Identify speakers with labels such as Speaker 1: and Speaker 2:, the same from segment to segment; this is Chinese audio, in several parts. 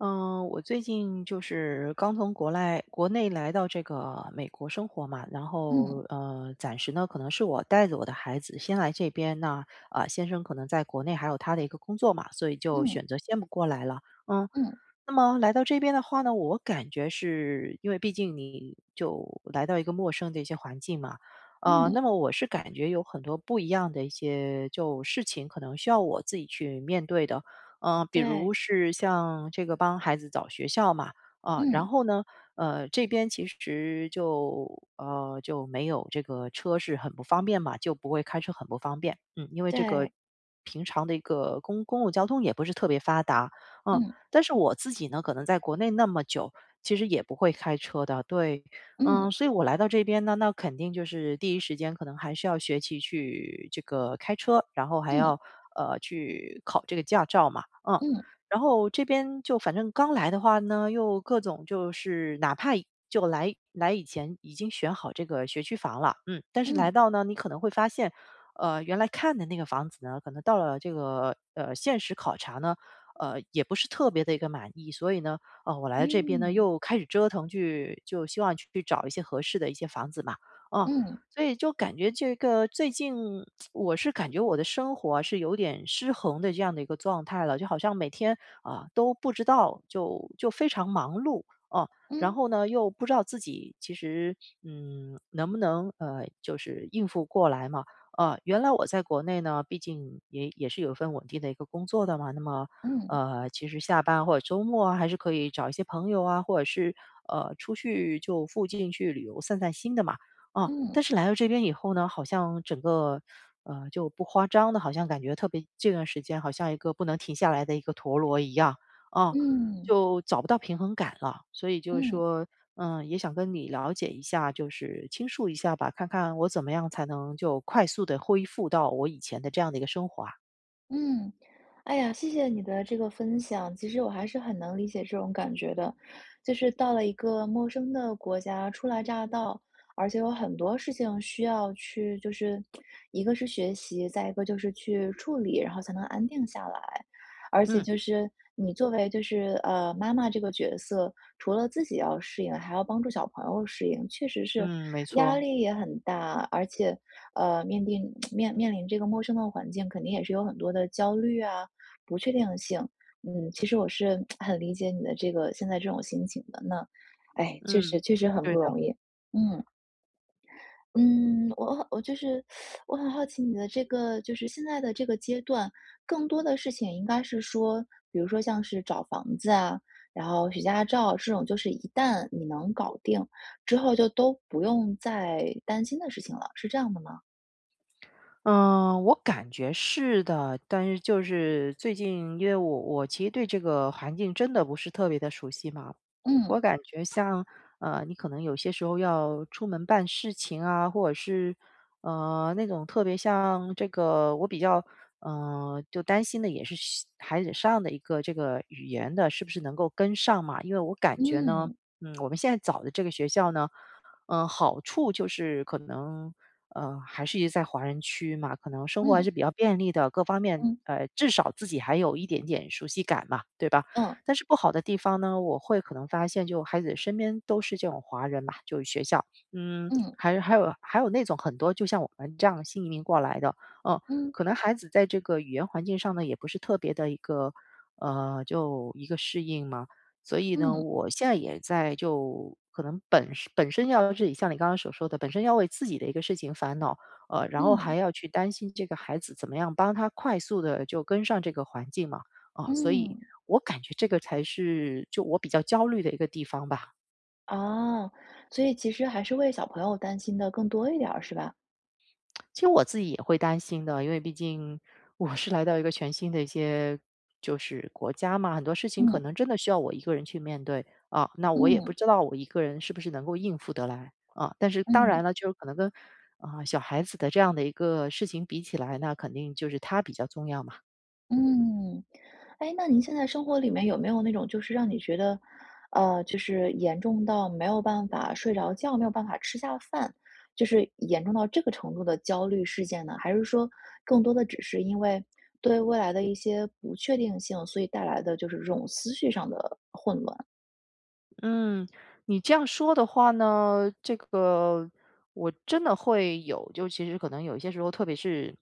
Speaker 1: 嗯，我最近就是刚从国内来到这个美国生活嘛，然
Speaker 2: 嗯
Speaker 1: 后暂时呢可能是我带着我的孩子先来这边，那先生可能在国内还有他的一个工作嘛，所以就
Speaker 2: 嗯
Speaker 1: 选择先不过来了。嗯，
Speaker 2: 嗯
Speaker 1: 那么来到这边的话呢，我感觉是因为毕竟你就来到一个陌生的一些环境嘛，
Speaker 2: 嗯，
Speaker 1: 那么我是感觉有很多不一样的一些就事情，可能需要我自己去面对的，比如
Speaker 2: 对，
Speaker 1: 是像这个帮孩子找学校嘛，然
Speaker 2: 嗯
Speaker 1: 后呢，这边其实就没有这个车是很不方便嘛，就不会开车很不方便，因为这个
Speaker 2: 对，
Speaker 1: 平常的一个公共交通也不是特别发达，嗯、
Speaker 2: 嗯
Speaker 1: 但是我自己呢，可能在国内那么久，其实也不会开车的，对。
Speaker 2: 嗯
Speaker 1: 所以我来到这边呢，那肯定就是第一时间可能还是要学习去这个开车，然后还
Speaker 2: 嗯
Speaker 1: 要去考这个驾照嘛，
Speaker 2: 嗯
Speaker 1: 然后这边就反正刚来的话呢，又各种就是哪怕就来以前已经选好这个学区房了，但是来
Speaker 2: 嗯
Speaker 1: 到呢，你可能会发现，原来看的那个房子呢，可能到了这个现实考察呢，也不是特别的一个满意。所以呢，我来这边呢，
Speaker 2: 嗯
Speaker 1: 又开始折腾去就希望去找一些合适的一些房子嘛，啊，
Speaker 2: 嗯
Speaker 1: 所以就感觉这个最近我是感觉我的生活啊是有点失衡的这样的一个状态了，就好像每天，啊，都不知道就非常忙碌，哦，然
Speaker 2: 嗯
Speaker 1: 后呢，又不知道自己其实，能不能，就是应付过来嘛。啊，原来我在国内呢，毕竟也是有一份稳定的一个工作的嘛，那么
Speaker 2: 嗯
Speaker 1: 其实下班或者周末啊，还是可以找一些朋友啊，或者是出去就附近去旅游散散心的嘛。啊，
Speaker 2: 嗯
Speaker 1: 但是来到这边以后呢，好像整个就不夸张的，好像感觉特别这段时间好像一个不能停下来的一个陀螺一样啊，
Speaker 2: 嗯
Speaker 1: 就找不到平衡感了。所以就是
Speaker 2: 嗯。
Speaker 1: 说，也想跟你了解一下，就是倾诉一下吧，看看我怎么样才能就快速的恢复到我以前的这样的一个生活啊。
Speaker 2: 嗯，哎呀，谢谢你的这个分享。其实我还是很能理解这种感觉的，就是到了一个陌生的国家，初来乍到，而且有很多事情需要去，就是一个是学习，再一个就是去处理，然后才能安定下来。而且
Speaker 1: 嗯
Speaker 2: 就是你作为就是妈妈这个角色，除了自己要适应，还要帮助小朋友适应，确实是
Speaker 1: 嗯，没
Speaker 2: 压
Speaker 1: 错。
Speaker 2: 力也很大，而且面临这个陌生的环境，肯定也是有很多的焦虑啊、不确定性。嗯，其实我是很理解你的这个现在这种心情的。那，哎，确
Speaker 1: 嗯。
Speaker 2: 实确实很
Speaker 1: 对
Speaker 2: 不
Speaker 1: 的，
Speaker 2: 容易。嗯嗯，我很我就是我很好奇你的这个，就是现在的这个阶段，更多的事情应该是说，比如说像是找房子啊，然后许驾照这种，就是一旦你能搞定之后，就都不用再担心的事情了，是这样的吗？
Speaker 1: 嗯，我感觉是的，但是就是最近，因为我其实对这个环境真的不是特别的熟悉嘛，
Speaker 2: 嗯。
Speaker 1: 我感觉像，你可能有些时候要出门办事情啊，或者是，那种特别像这个我比较，就担心的也是西孩子上的一个这个语言的是不是能够跟上嘛。因为我感觉呢，
Speaker 2: 嗯
Speaker 1: 我们现在找的这个学校呢好处就是可能，还是在华人区嘛，可能生活还
Speaker 2: 嗯
Speaker 1: 是比较便利的，各方面，
Speaker 2: 嗯
Speaker 1: 至少自己还有一点点熟悉感嘛，对吧？
Speaker 2: 嗯
Speaker 1: 但是不好的地方呢，我会可能发现，就孩子身边都是这种华人嘛，就是学校，
Speaker 2: 嗯
Speaker 1: 还有那种很多就像我们这样新移民过来的，嗯，
Speaker 2: 嗯
Speaker 1: 可能孩子在这个语言环境上呢，也不是特别的一个，就一个适应嘛。所以呢，
Speaker 2: 嗯
Speaker 1: 我现在也在就可能本身要自己像你刚刚所说的，本身要为自己的一个事情烦恼，然后还
Speaker 2: 嗯
Speaker 1: 要去担心这个孩子怎么样帮他快速的就跟上这个环境嘛，啊，所以
Speaker 2: 嗯，
Speaker 1: 我感觉这个才是就我比较焦虑的一个地方吧。
Speaker 2: 哦，所以其实还是为小朋友担心的更多一点儿，是吧？
Speaker 1: 其实我自己也会担心的，因为毕竟我是来到一个全新的一些就是国家嘛，很多事情可
Speaker 2: 嗯
Speaker 1: 能真的需要我一个人去面对啊。那我也不
Speaker 2: 嗯
Speaker 1: 知道我一个人是不是能够应付得来啊。但是当然
Speaker 2: 嗯
Speaker 1: 了，就是可能跟小孩子的这样的一个事情比起来，那肯定就是他比较重要嘛。
Speaker 2: 嗯，哎，那您现在生活里面有没有那种就是让你觉得，就是严重到没有办法睡着觉，没有办法吃下饭，就是严重到这个程度的焦虑事件呢？还是说更多的只是因为对未来的一些不确定性，所以带来的就是这种思绪上的混乱？
Speaker 1: 嗯，你这样说的话呢，这个我真的会有，就其实可能有一些时候，特别是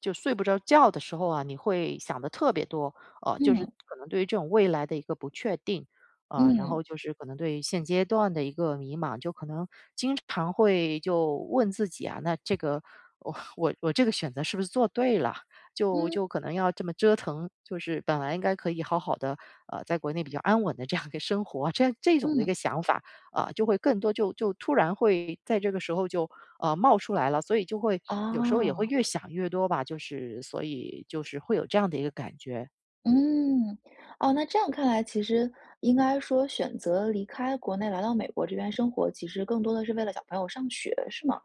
Speaker 1: 就睡不着觉的时候啊，你会想的特别多，就是
Speaker 2: 嗯
Speaker 1: 可能对于这种未来的一个不确定然
Speaker 2: 嗯
Speaker 1: 后就是可能对于现阶段的一个迷茫，就可能经常会就问自己啊，那这个我这个选择是不是做对了？就
Speaker 2: 嗯
Speaker 1: 就可能要这么折腾，就是本来应该可以好好的在国内比较安稳的这样一个生活啊，这种的一
Speaker 2: 嗯，
Speaker 1: 个想法，啊，就会更多就突然会在这个时候就冒出来了，所以就会有时候也会
Speaker 2: 啊。
Speaker 1: 越想越多吧，就是所以就是会有这样的一个感觉。
Speaker 2: 嗯，哦，那这样看来，其实应该说选择离开国内来到美国这边生活，其实更多的是为了小朋友上学，是吗？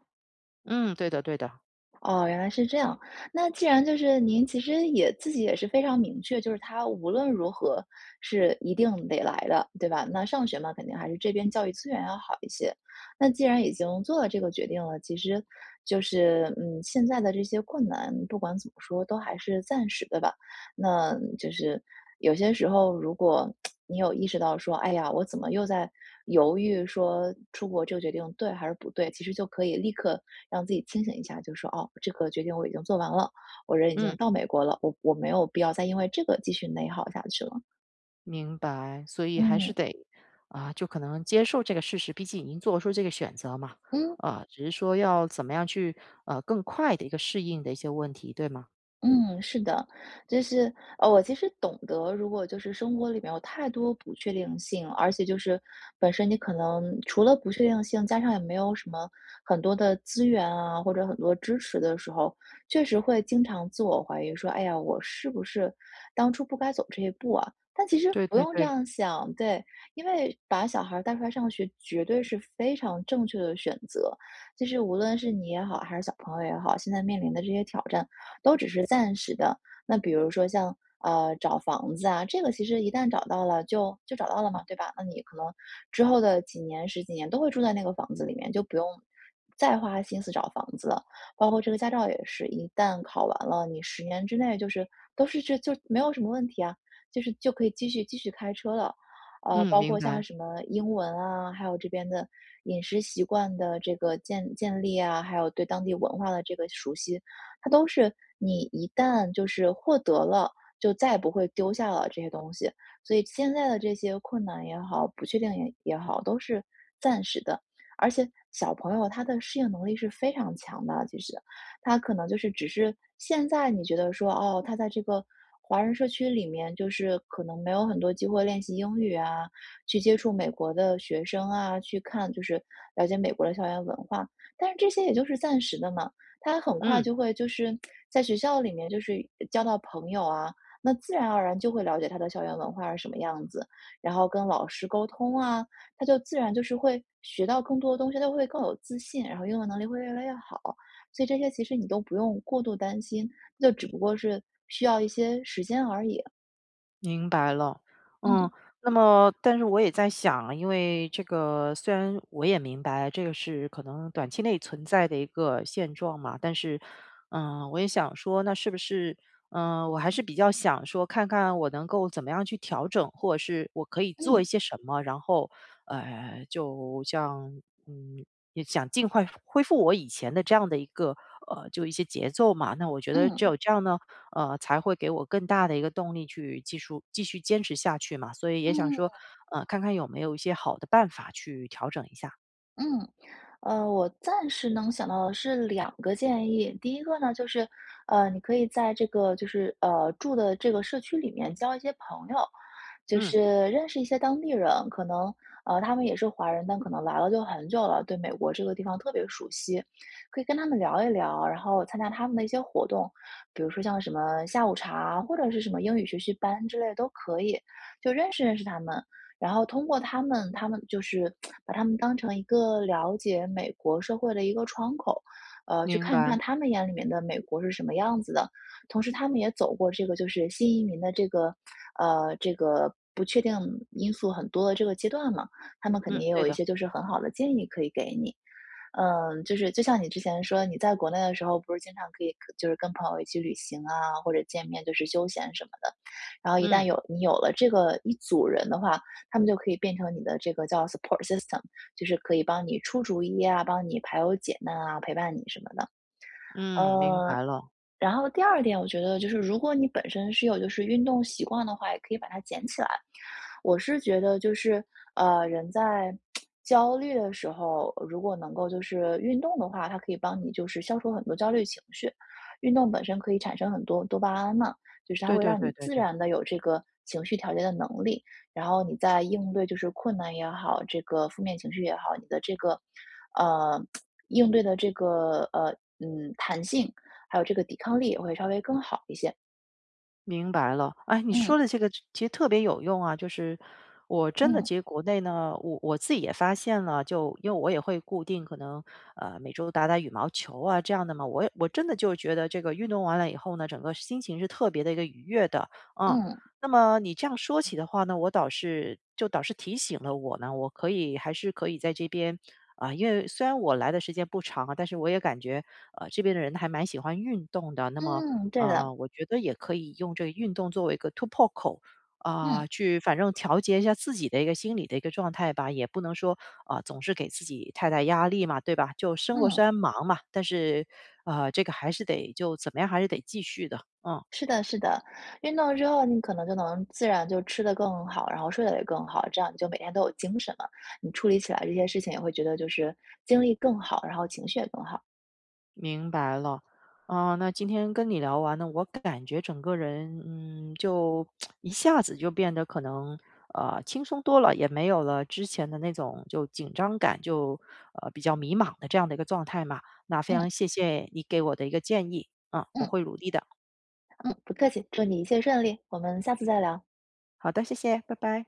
Speaker 1: 嗯，对的对的，
Speaker 2: 哦，原来是这样。那既然就是您其实也自己也是非常明确，就是他无论如何是一定得来的，对吧？那上学嘛，肯定还是这边教育资源要好一些。那既然已经做了这个决定了，其实就是现在的这些困难，不管怎么说，都还是暂时的吧。那就是有些时候，如果你有意识到说，哎呀，我怎么又在犹豫说出国这个决定对还是不对，其实就可以立刻让自己清醒一下，就说哦，这个决定我已经做完了，我人已经
Speaker 1: 嗯，
Speaker 2: 到美国了，我没有必要再因为这个继续内耗下去了。
Speaker 1: 明白，所以还是
Speaker 2: 嗯
Speaker 1: 得啊，就可能接受这个事实，毕竟已经做出这个选择嘛，
Speaker 2: 嗯。
Speaker 1: 啊，只是说要怎么样去更快的一个适应的一些问题，对吗？
Speaker 2: 嗯，是的，就是我其实懂得，如果就是生活里面有太多不确定性，而且就是本身你可能除了不确定性，加上也没有什么很多的资源啊，或者很多支持的时候，确实会经常自我怀疑，说，哎呀，我是不是当初不该走这一步啊？但其实
Speaker 1: 对
Speaker 2: 不
Speaker 1: 对
Speaker 2: 用这
Speaker 1: 对，
Speaker 2: 样想，对，因为把小孩儿带出来上学绝对是非常正确的选择，就是无论是你也好，还是小朋友也好，现在面临的这些挑战。都只是暂时的。那比如说像找房子啊，这个其实一旦找到了就找到了嘛，对吧？那你可能之后的几年、十几年都会住在那个房子里面，就不用再花心思找房子了。包括这个驾照也是，一旦考完了，你十年之内就是都是这就没有什么问题啊，就是就可以继续开车了。
Speaker 1: 嗯，
Speaker 2: 包
Speaker 1: 明
Speaker 2: 括像
Speaker 1: 白，
Speaker 2: 什么英文啊，还有这边的饮食习惯的这个建立啊，还有对当地文化的这个熟悉，它都是你一旦就是获得了，就再也不会丢下了这些东西。所以现在的这些困难也好，不确定也好，都是暂时的。而且小朋友他的适应能力是非常强的，其实他可能就是只是现在你觉得说，哦，他在这个华人社区里面，就是可能没有很多机会练习英语啊，去接触美国的学生啊，去看就是了解美国的校园文化，但是这些也就是暂时的嘛。他很快
Speaker 1: 嗯。
Speaker 2: 就会就是在学校里面就是交到朋友啊，那自然而然就会了解他的校园文化是什么样子，然后跟老师沟通啊，他就自然就是会学到更多的东西，他会更有自信，然后英文能力会越来越好。所以这些其实你都不用过度担心，就只不过是需要一些时间而已。
Speaker 1: 明白了，嗯，
Speaker 2: 嗯
Speaker 1: 那么但是我也在想，因为这个虽然我也明白这个是可能短期内存在的一个现状嘛，但是，我也想说，那是不是，我还是比较想说，看看我能够怎么样去调整，或者是我可以做一
Speaker 2: 嗯
Speaker 1: 些什么，然后，就像，嗯，也想尽快恢复我以前的这样的一个，就一些节奏嘛。那我觉得只
Speaker 2: 嗯。
Speaker 1: 有这样呢。才会给我更大的一个动力去继续坚持下去嘛。所以也想说，
Speaker 2: 嗯，
Speaker 1: 看看有没有一些好的办法去调整一下。
Speaker 2: 嗯，我暂时能想到的是两个建议。第一个呢，就是，你可以在这个就是，住的这个社区里面交一些朋友，就
Speaker 1: 嗯，
Speaker 2: 是认识一些当地人，可能，他们也是华人，但可能来了就很久了，对美国这个地方特别熟悉，可以跟他们聊一聊，然后参加他们的一些活动，比如说像什么下午茶或者是什么英语学习班之类的都可以，就认识认识他们。然后通过他们，他们就是把他们当成一个了解美国社会的一个窗口，去
Speaker 1: 明
Speaker 2: 看一看
Speaker 1: 白。
Speaker 2: 他们眼里面的美国是什么样子的。同时，他们也走过这个就是新移民的这个，这个不确定因素很多的这个阶段嘛，他们肯
Speaker 1: 嗯，
Speaker 2: 定也
Speaker 1: 对
Speaker 2: 有一
Speaker 1: 的。
Speaker 2: 些就是很好的建议可以给你。嗯，就是就像你之前说，你在国内的时候不是经常可以就是跟朋友一起旅行啊，或者见面就是休闲什么的。然后一旦
Speaker 1: 嗯，
Speaker 2: 你有了这个一组人的话，他们就可以变成你的这个叫 support system，就是可以帮你出主意啊，帮你排忧解难啊，陪伴你什么的。
Speaker 1: 嗯，明
Speaker 2: 嗯。
Speaker 1: 白了。
Speaker 2: 然后第二点，我觉得就是如果你本身是有就是运动习惯的话，也可以把它捡起来。我是觉得就是，人在焦虑的时候，如果能够就是运动的话，它可以帮你就是消除很多焦虑情绪。运动本身可以产生很多多巴胺嘛，就是它
Speaker 1: 对
Speaker 2: 会
Speaker 1: 对
Speaker 2: 让
Speaker 1: 对
Speaker 2: 你
Speaker 1: 对
Speaker 2: 自
Speaker 1: 对。
Speaker 2: 然的有这个情绪调节的能力。然后你在应对就是困难也好，这个负面情绪也好，你的这个，呃，应对的这个弹性还有这个抵抗力也会稍微更好一些。
Speaker 1: 明白了，哎，你
Speaker 2: 嗯
Speaker 1: 说的这个其实特别有用啊，就是我真的
Speaker 2: 嗯
Speaker 1: 其实国内呢，我自己也发现了，就因为我也会固定可能每周打打羽毛球啊这样的嘛，我真的就觉得这个运动完了以后呢，整个心情是特别的一个愉悦的，啊。
Speaker 2: 嗯
Speaker 1: 那么你这样说起的话呢，我倒是提醒了我呢，我可以还是可以在这边因为虽然我来的时间不长啊，但是我也感觉这边的人还蛮喜欢运动的，那么。
Speaker 2: 嗯，对
Speaker 1: 啊，
Speaker 2: 的，
Speaker 1: 我觉得也可以用这个运动作为一个突破口，
Speaker 2: 嗯
Speaker 1: 去反正调节一下自己的一个心理的一个状态吧，也不能说总是给自己太大压力嘛，对吧？就生活
Speaker 2: 嗯，
Speaker 1: 虽然忙嘛，但是啊，这个还是得就怎么样，还是得继续的，嗯。
Speaker 2: 是的是的，运动之后你可能就能自然就吃得更好，然后睡得也更好，这样你就每天都有精神了，你处理起来这些事情也会觉得就是精力更好，然后情绪也更好。
Speaker 1: 明白了，啊，那今天跟你聊完呢，我感觉整个人，就一下子就变得可能，轻松多了，也没有了之前的那种就紧张感，就比较迷茫的这样的一个状态嘛。那非常
Speaker 2: 嗯
Speaker 1: 谢谢你给我的一个建议，啊，我
Speaker 2: 嗯
Speaker 1: 会努力的。
Speaker 2: 嗯，不客气，祝你一切顺利，我们下次再聊。
Speaker 1: 好的，谢谢，拜拜。